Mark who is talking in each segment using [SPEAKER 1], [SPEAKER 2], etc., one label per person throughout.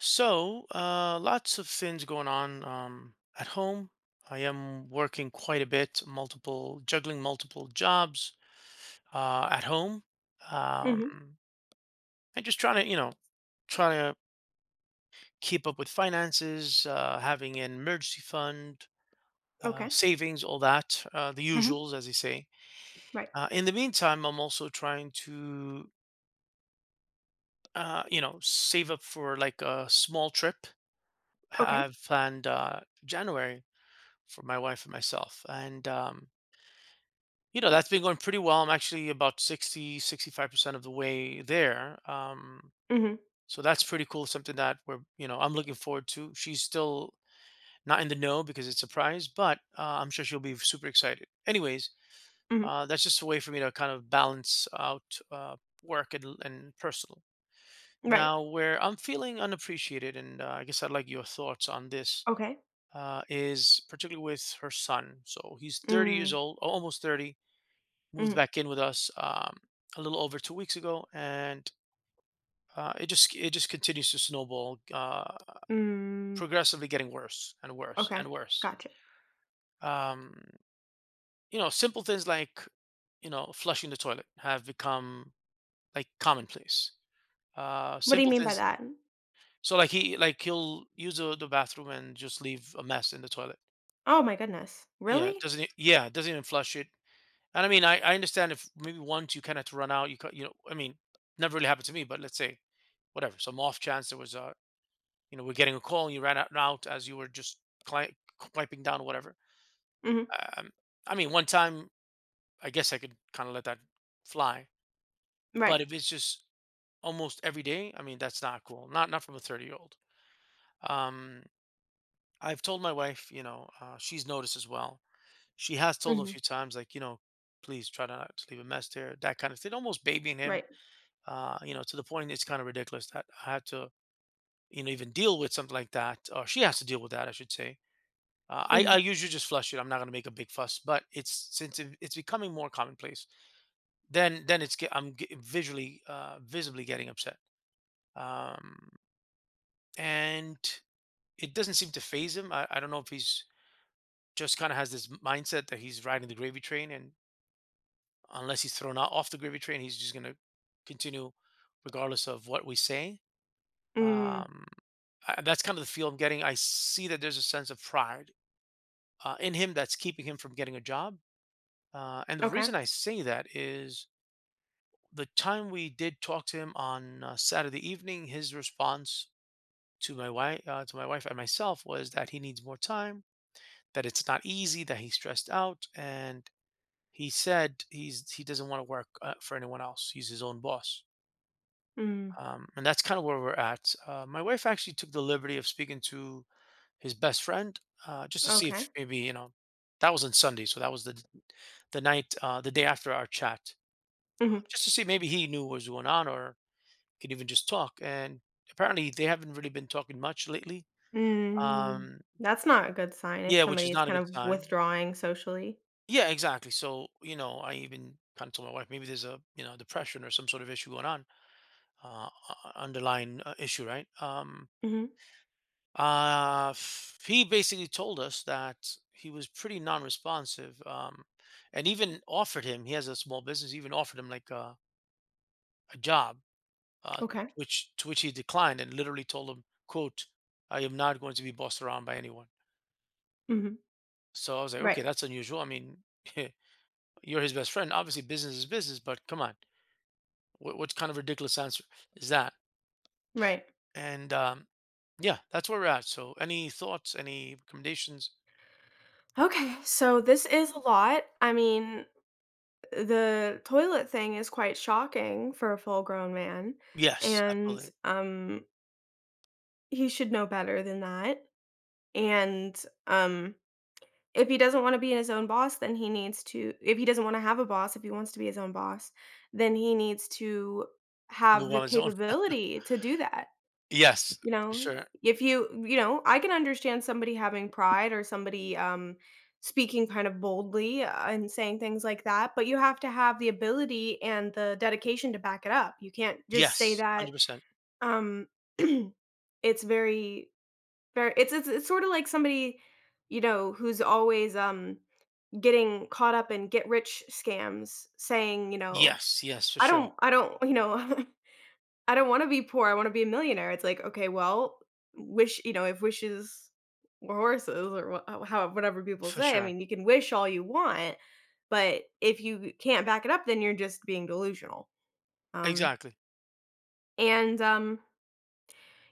[SPEAKER 1] Lots of things going on at home. I am working quite a bit, multiple juggling multiple jobs at home,
[SPEAKER 2] Mhm.
[SPEAKER 1] um, and just trying to, trying to keep up with finances, having an emergency fund,
[SPEAKER 2] Okay.
[SPEAKER 1] savings, all that, the
[SPEAKER 2] Mhm.
[SPEAKER 1] usuals, as they say.
[SPEAKER 2] Right.
[SPEAKER 1] In the meantime, I'm also trying to, save up for like a small trip.
[SPEAKER 2] Okay.
[SPEAKER 1] I've planned January for my wife and myself. That's been going pretty well. I'm actually about 60, 65% of the way there.
[SPEAKER 2] Mhm.
[SPEAKER 1] So that's pretty cool. Something that I'm looking forward to. She's still not in the know because it's a surprise, but I'm sure she'll be super excited. Anyways,
[SPEAKER 2] Mhm.
[SPEAKER 1] that's just a way for me to kind of balance out uh, work and personal.
[SPEAKER 2] Right.
[SPEAKER 1] Now, where I'm feeling unappreciated, and I guess I'd like your thoughts on this,
[SPEAKER 2] Okay.
[SPEAKER 1] is particularly with her son. So he's 30 years
[SPEAKER 2] Mm.
[SPEAKER 1] old, almost 30, moved
[SPEAKER 2] Mhm.
[SPEAKER 1] back in with us a little over two weeks ago, and it just continues to snowball,
[SPEAKER 2] Mm.
[SPEAKER 1] progressively getting worse and worse
[SPEAKER 2] Okay.
[SPEAKER 1] and worse.
[SPEAKER 2] Gotcha.
[SPEAKER 1] Um, you know, simple things like you know flushing the toilet have become like commonplace.
[SPEAKER 2] What do you
[SPEAKER 1] Simple
[SPEAKER 2] mean by
[SPEAKER 1] things.
[SPEAKER 2] that?
[SPEAKER 1] So like he'll use the bathroom and just leave a mess in the toilet.
[SPEAKER 2] Oh my goodness.
[SPEAKER 1] Yeah,
[SPEAKER 2] Really?
[SPEAKER 1] doesn't e- yeah doesn't even flush it. And I mean, I understand if maybe once you kind of to run out, you cut, you know, I mean, never really happened to me, but let's say whatever, some off chance there was you know, we're getting a call and you ran out, out as you were just cli- wiping down or whatever.
[SPEAKER 2] Mhm.
[SPEAKER 1] Um, I mean, one time, I guess I could kind of let that fly, but
[SPEAKER 2] Right.
[SPEAKER 1] if it's just almost every day, I mean, that's not cool. Not from a 30-year-old. Um, I've told my wife, you know, she's noticed as well. She has told a
[SPEAKER 2] Mhm.
[SPEAKER 1] few times, like, you know, please try to not to leave a mess there, that kind of thing, almost babying him,
[SPEAKER 2] Right.
[SPEAKER 1] you know, to the point it's kind of ridiculous that I had to, you know, even deal with something like that, or she has to deal with that, I should say.
[SPEAKER 2] Mhm.
[SPEAKER 1] I usually just flush it. I'm not going to make a big fuss, but it's since it's becoming more commonplace, then it's visually visibly getting upset, um, and it doesn't seem to phase him. I don't know if he's just kind of has this mindset that he's riding the gravy train, and unless he's thrown out off the gravy train, he's just going to continue regardless of what we say.
[SPEAKER 2] Mm.
[SPEAKER 1] Um, that's kind of the feel I'm getting. I see that there's a sense of pride in him that's keeping him from getting a job. And the
[SPEAKER 2] Okay.
[SPEAKER 1] reason I say that is the time we did talk to him on Saturday evening, his response to my wife and myself, was that he needs more time, that it's not easy, that he's stressed out, and he said he's he doesn't want to work for anyone else. He's his own boss.
[SPEAKER 2] Mm.
[SPEAKER 1] And that's kind of where we're at. My wife actually took the liberty of speaking to his best friend, just to see
[SPEAKER 2] Okay.
[SPEAKER 1] if maybe, you know, that was on Sunday, so that was the night, the day after our chat,
[SPEAKER 2] Mhm.
[SPEAKER 1] just to see maybe he knew what was going on or could even just talk. And apparently, they haven't really been talking much lately.
[SPEAKER 2] Mm.
[SPEAKER 1] Um,
[SPEAKER 2] That's not a good sign if
[SPEAKER 1] yeah, which
[SPEAKER 2] somebody
[SPEAKER 1] is
[SPEAKER 2] is
[SPEAKER 1] not a
[SPEAKER 2] kind
[SPEAKER 1] good
[SPEAKER 2] of
[SPEAKER 1] sign.
[SPEAKER 2] withdrawing socially.
[SPEAKER 1] Yeah, exactly. So you know, I even kind of told my wife maybe there's a, you know, depression or some sort of issue going on, uh, underlying issue, right?
[SPEAKER 2] Mhm.
[SPEAKER 1] He basically told us that he was pretty non-responsive, and even offered him. He has a small business. Even offered him like a job, uh,
[SPEAKER 2] Okay.
[SPEAKER 1] which to which he declined, and literally told him, "quote I am not going to be bossed around by anyone."
[SPEAKER 2] Mhm.
[SPEAKER 1] So I was like,
[SPEAKER 2] Right.
[SPEAKER 1] "Okay, that's unusual. I mean, you're his best friend. Obviously, business is business, but come on, what kind of ridiculous answer is that?"
[SPEAKER 2] Right.
[SPEAKER 1] And Yeah, that's where we're at. So, any thoughts? Any recommendations?
[SPEAKER 2] Okay. So this is a lot. I mean, the toilet thing is quite shocking for a full-grown man,
[SPEAKER 1] Yes,
[SPEAKER 2] and,
[SPEAKER 1] absolutely.
[SPEAKER 2] he should know better than that, and, um, if he doesn't wanna be his own boss, then he needs to if he doesn't wanna have a boss, if he wants to be his own boss, then he needs to have
[SPEAKER 1] Move
[SPEAKER 2] the
[SPEAKER 1] on his own.
[SPEAKER 2] capability to do that.
[SPEAKER 1] Yes,
[SPEAKER 2] You
[SPEAKER 1] for
[SPEAKER 2] know,
[SPEAKER 1] sure.
[SPEAKER 2] if you you know, I can understand somebody having pride or somebody, speaking kind of boldly, and saying things like that, but you have to have the ability and the dedication to back it up. You can't just say
[SPEAKER 1] Yes,
[SPEAKER 2] that,
[SPEAKER 1] 100%.
[SPEAKER 2] um, it's very very it's sorta like somebody, you know, who's always, getting caught up in get rich scams saying,
[SPEAKER 1] Yes, yes, for sure,
[SPEAKER 2] I don't" I don't wanna be poor, I wanna be a millionaire. It's like, okay, well, if wishes were horses or wha ho how whatever people
[SPEAKER 1] for
[SPEAKER 2] say, I
[SPEAKER 1] sure.
[SPEAKER 2] mean, you can wish all you want, but if you can't back it up, then you're just being delusional. Um,
[SPEAKER 1] Exactly.
[SPEAKER 2] and, um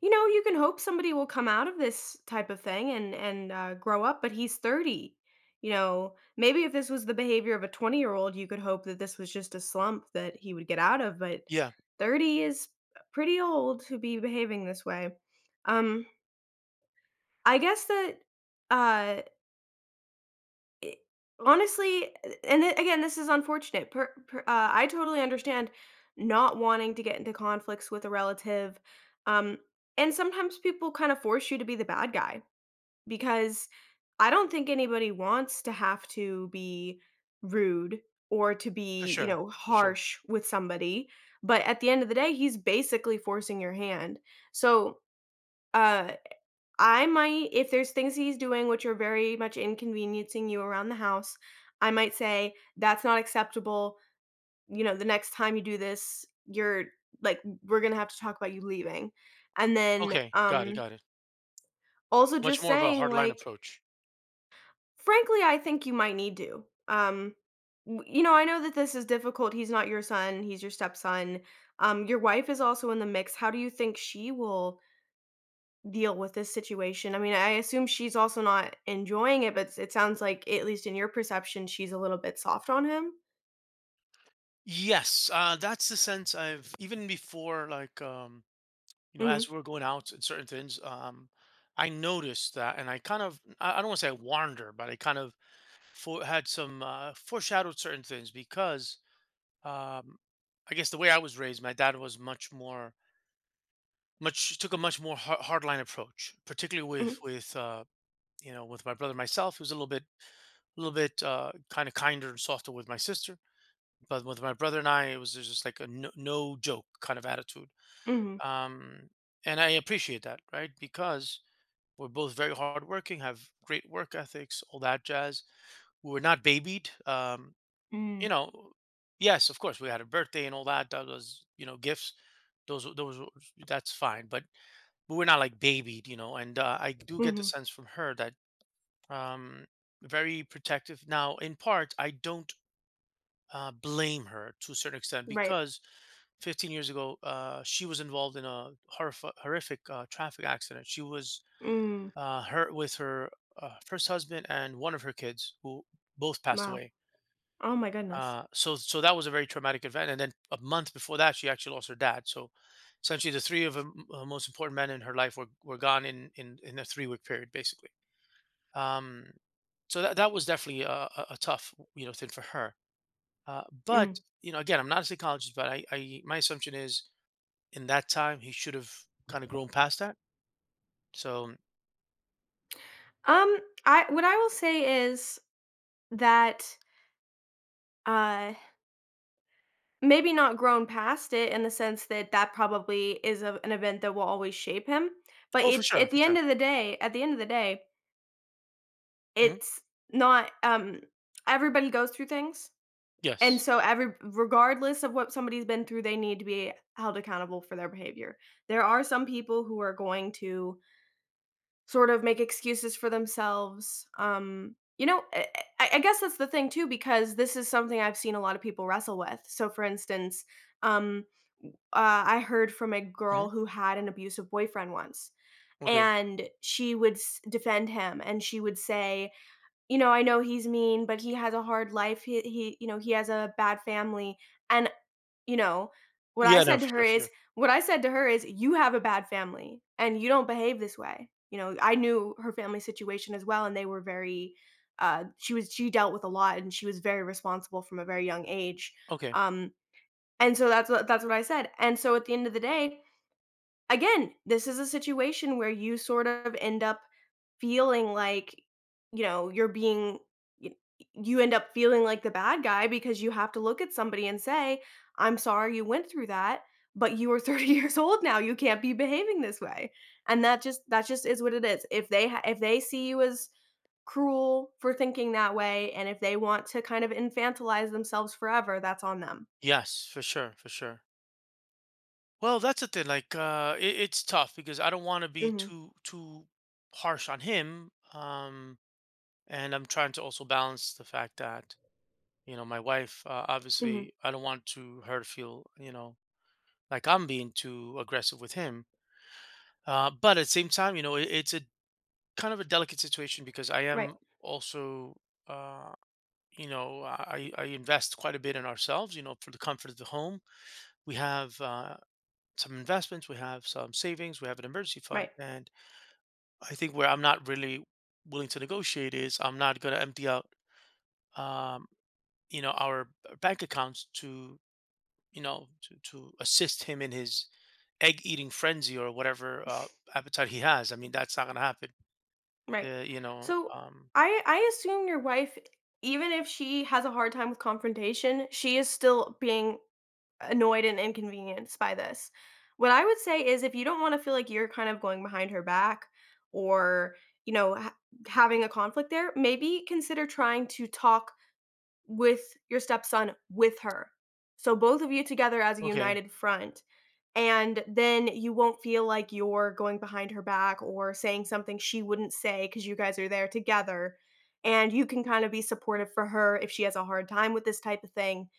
[SPEAKER 2] you know, you can hope somebody will come out of this type of thing and grow up, but he's 30. You know, maybe if this was the behavior of a 20-year-old, you could hope that this was just a slump that he would get out of, but
[SPEAKER 1] Yeah,
[SPEAKER 2] 30 is pretty old to be behaving this way. Um, I guess that uh I honestly and then again, this is unfortunate. Per per I totally understand not wanting to get into conflicts with a relative, um, and sometimes people kinda force you to be the bad guy because I don't think anybody wants to have to be rude or to
[SPEAKER 1] for
[SPEAKER 2] be, you
[SPEAKER 1] sure,
[SPEAKER 2] know,
[SPEAKER 1] for sure.
[SPEAKER 2] harsh with somebody, but at the end of the day, he's basically forcing your hand. So, uh I might if there's things he's doing which are very much inconveniencing you around the house, I might say, "That's not acceptable. You know, the next time you do this, you're like, we're gonna have to talk about you leaving." And then,
[SPEAKER 1] Okay, got it, got it.
[SPEAKER 2] also
[SPEAKER 1] Much
[SPEAKER 2] just
[SPEAKER 1] more of a
[SPEAKER 2] saying,
[SPEAKER 1] hardline
[SPEAKER 2] like,
[SPEAKER 1] approach.
[SPEAKER 2] "Frankly, I think you might need to." You know, I know that this is difficult. He's not your son, he's your stepson. Your wife is also in the mix. How do you think she will deal with this situation? I mean, I assume she's also not enjoying it, but it sounds like, at least in your perception, she's a little bit soft on him.
[SPEAKER 1] Yes, that's the sense I've even before, like, you know,
[SPEAKER 2] Mhm,
[SPEAKER 1] as we're going out and certain things, I noticed that, and I don't want to say I wander, but I kind of had some foreshadowed certain things because, um, I guess the way I was raised, my dad was much more Much took a much more hardline approach, particularly
[SPEAKER 2] mhm,
[SPEAKER 1] with, you know, with my brother myself, it was a little bit, kinda kinder and softer with my sister, but with my brother and I, it was just like a no joke kind of attitude,
[SPEAKER 2] mhm,
[SPEAKER 1] um, and I appreciate that, right? Because we're both very hardworking, have great work ethics, all that jazz. We were not babied,
[SPEAKER 2] Mm.
[SPEAKER 1] you know yes, of course, we had a birthday and all that, that was, you know, gifts. Those were- those were- that's fine, but we're not like babied, you know. And I do get the
[SPEAKER 2] Mhm.
[SPEAKER 1] sense from her that, um, very protective. Now, in part, I don't blame her to a certain extent
[SPEAKER 2] Right.
[SPEAKER 1] because 15 years ago, she was involved in a horrific traffic accident. She was
[SPEAKER 2] Mm.
[SPEAKER 1] hurt with her first husband and one of her kids, who both passed
[SPEAKER 2] Wow.
[SPEAKER 1] away.
[SPEAKER 2] Oh my goodness.
[SPEAKER 1] So that was a very traumatic event, and then a month before that, she actually lost her dad. So essentially, the three of the m- most important men in her life were gone in a three-week period, basically. Um, so that was definitely a tough, you know, thing for her. But
[SPEAKER 2] Mm.
[SPEAKER 1] you know, again, I'm not a psychologist, but, I, my assumption is in that time he should have kind of grown past that. So
[SPEAKER 2] Um, I what I will say is that uh maybe not grown past it in the sense that that probably is a, an event that will always shape him, but
[SPEAKER 1] oh, for
[SPEAKER 2] it
[SPEAKER 1] sure,
[SPEAKER 2] at
[SPEAKER 1] for
[SPEAKER 2] the end
[SPEAKER 1] sure.
[SPEAKER 2] of the day,
[SPEAKER 1] Hmm.
[SPEAKER 2] it's not everybody goes through things. And
[SPEAKER 1] Yes.
[SPEAKER 2] so every regardless of what somebody's been through, they need to be held accountable for their behavior. There are some people who are going to sort of make excuses for themselves. I guess that's the thing too, because this is something I've seen a lot of people wrestle with. So, for instance, um, I heard from a
[SPEAKER 1] Hmm.
[SPEAKER 2] girl who had an abusive boyfriend once,
[SPEAKER 1] Okay.
[SPEAKER 2] and she would defend him, and she would say, "You know, I know he's mean, but he has a hard life. He, you know, he has a bad family." And you know, what I
[SPEAKER 1] Yeah, no,
[SPEAKER 2] said to
[SPEAKER 1] for
[SPEAKER 2] her
[SPEAKER 1] sure, for
[SPEAKER 2] is
[SPEAKER 1] sure.
[SPEAKER 2] what I said to her is, "You have a bad family, and you don't behave this way." You know, I knew her family situation as well, and they were very she dealt with a lot, and she was very responsible from a very young age,
[SPEAKER 1] Okay.
[SPEAKER 2] um, and so that's what I said, and so at the end of the day, again, this is a situation where you sort of end up feeling like, you know, you're being y you end up feeling like the bad guy because you have to look at somebody and say, "I'm sorry you went through that, but you are 30 years old now, you can't be behaving this way." And that just is what it is. If they ha if they see you as cruel for thinking that way, and if they want to kind of infantilize themselves forever, that's on them.
[SPEAKER 1] Yes, for sure, for sure. Well, that's the thing. Like, it's tough because I don't want to be
[SPEAKER 2] Mhm,
[SPEAKER 1] too harsh on him. And I'm trying to also balance the fact that you know my wife.
[SPEAKER 2] mhm.
[SPEAKER 1] Obviously, I don't want to her to feel, you know, like I'm being too aggressive with him. But at the same time, you know, it's a kind of a delicate situation because I
[SPEAKER 2] Right,
[SPEAKER 1] am also, uh, you know, I invest quite a bit in ourselves. You know, for the comfort of the home we have some investments, we have some savings, we have an emergency fund.
[SPEAKER 2] right.
[SPEAKER 1] And I think where I'm not really willing to negotiate is I'm not going to empty out, um, you know, our bank accounts you know, to assist him in his egg eating frenzy or whatever appetite he has. I mean, that's not going to happen.
[SPEAKER 2] Right.
[SPEAKER 1] Uh, you know,
[SPEAKER 2] So
[SPEAKER 1] um,
[SPEAKER 2] I assume your wife, even if she has a hard time with confrontation, she is still being annoyed and inconvenienced by this. What I would say is if you don't want to feel like you're kind of going behind her back or, you know, ha- having a conflict there, maybe consider trying to talk with your stepson with her. So both of you together as a
[SPEAKER 1] okay.
[SPEAKER 2] united front, and then you won't feel like you're going behind her back or saying something she wouldn't say because you guys are there together, and you can kinda be supportive for her if she has a hard time with this type of thing,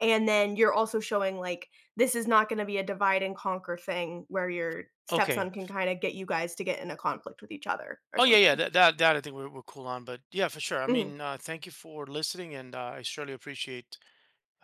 [SPEAKER 2] and then you're also showing, like, this is not gonna be a divide and conquer thing where your stepson
[SPEAKER 1] Okay.
[SPEAKER 2] can kinda get you guys to get in a conflict with each other or
[SPEAKER 1] Oh yeah, yeah.
[SPEAKER 2] something.
[SPEAKER 1] That I think we're cool on, but yeah, for sure. I
[SPEAKER 2] Mhm.
[SPEAKER 1] mean, thank you for listening, and I surely appreciate,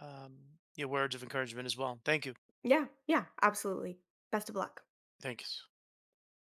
[SPEAKER 1] um, your words of encouragement as well. Thank you.
[SPEAKER 2] Yeah, yeah, absolutely. Best of luck.
[SPEAKER 1] Thanks.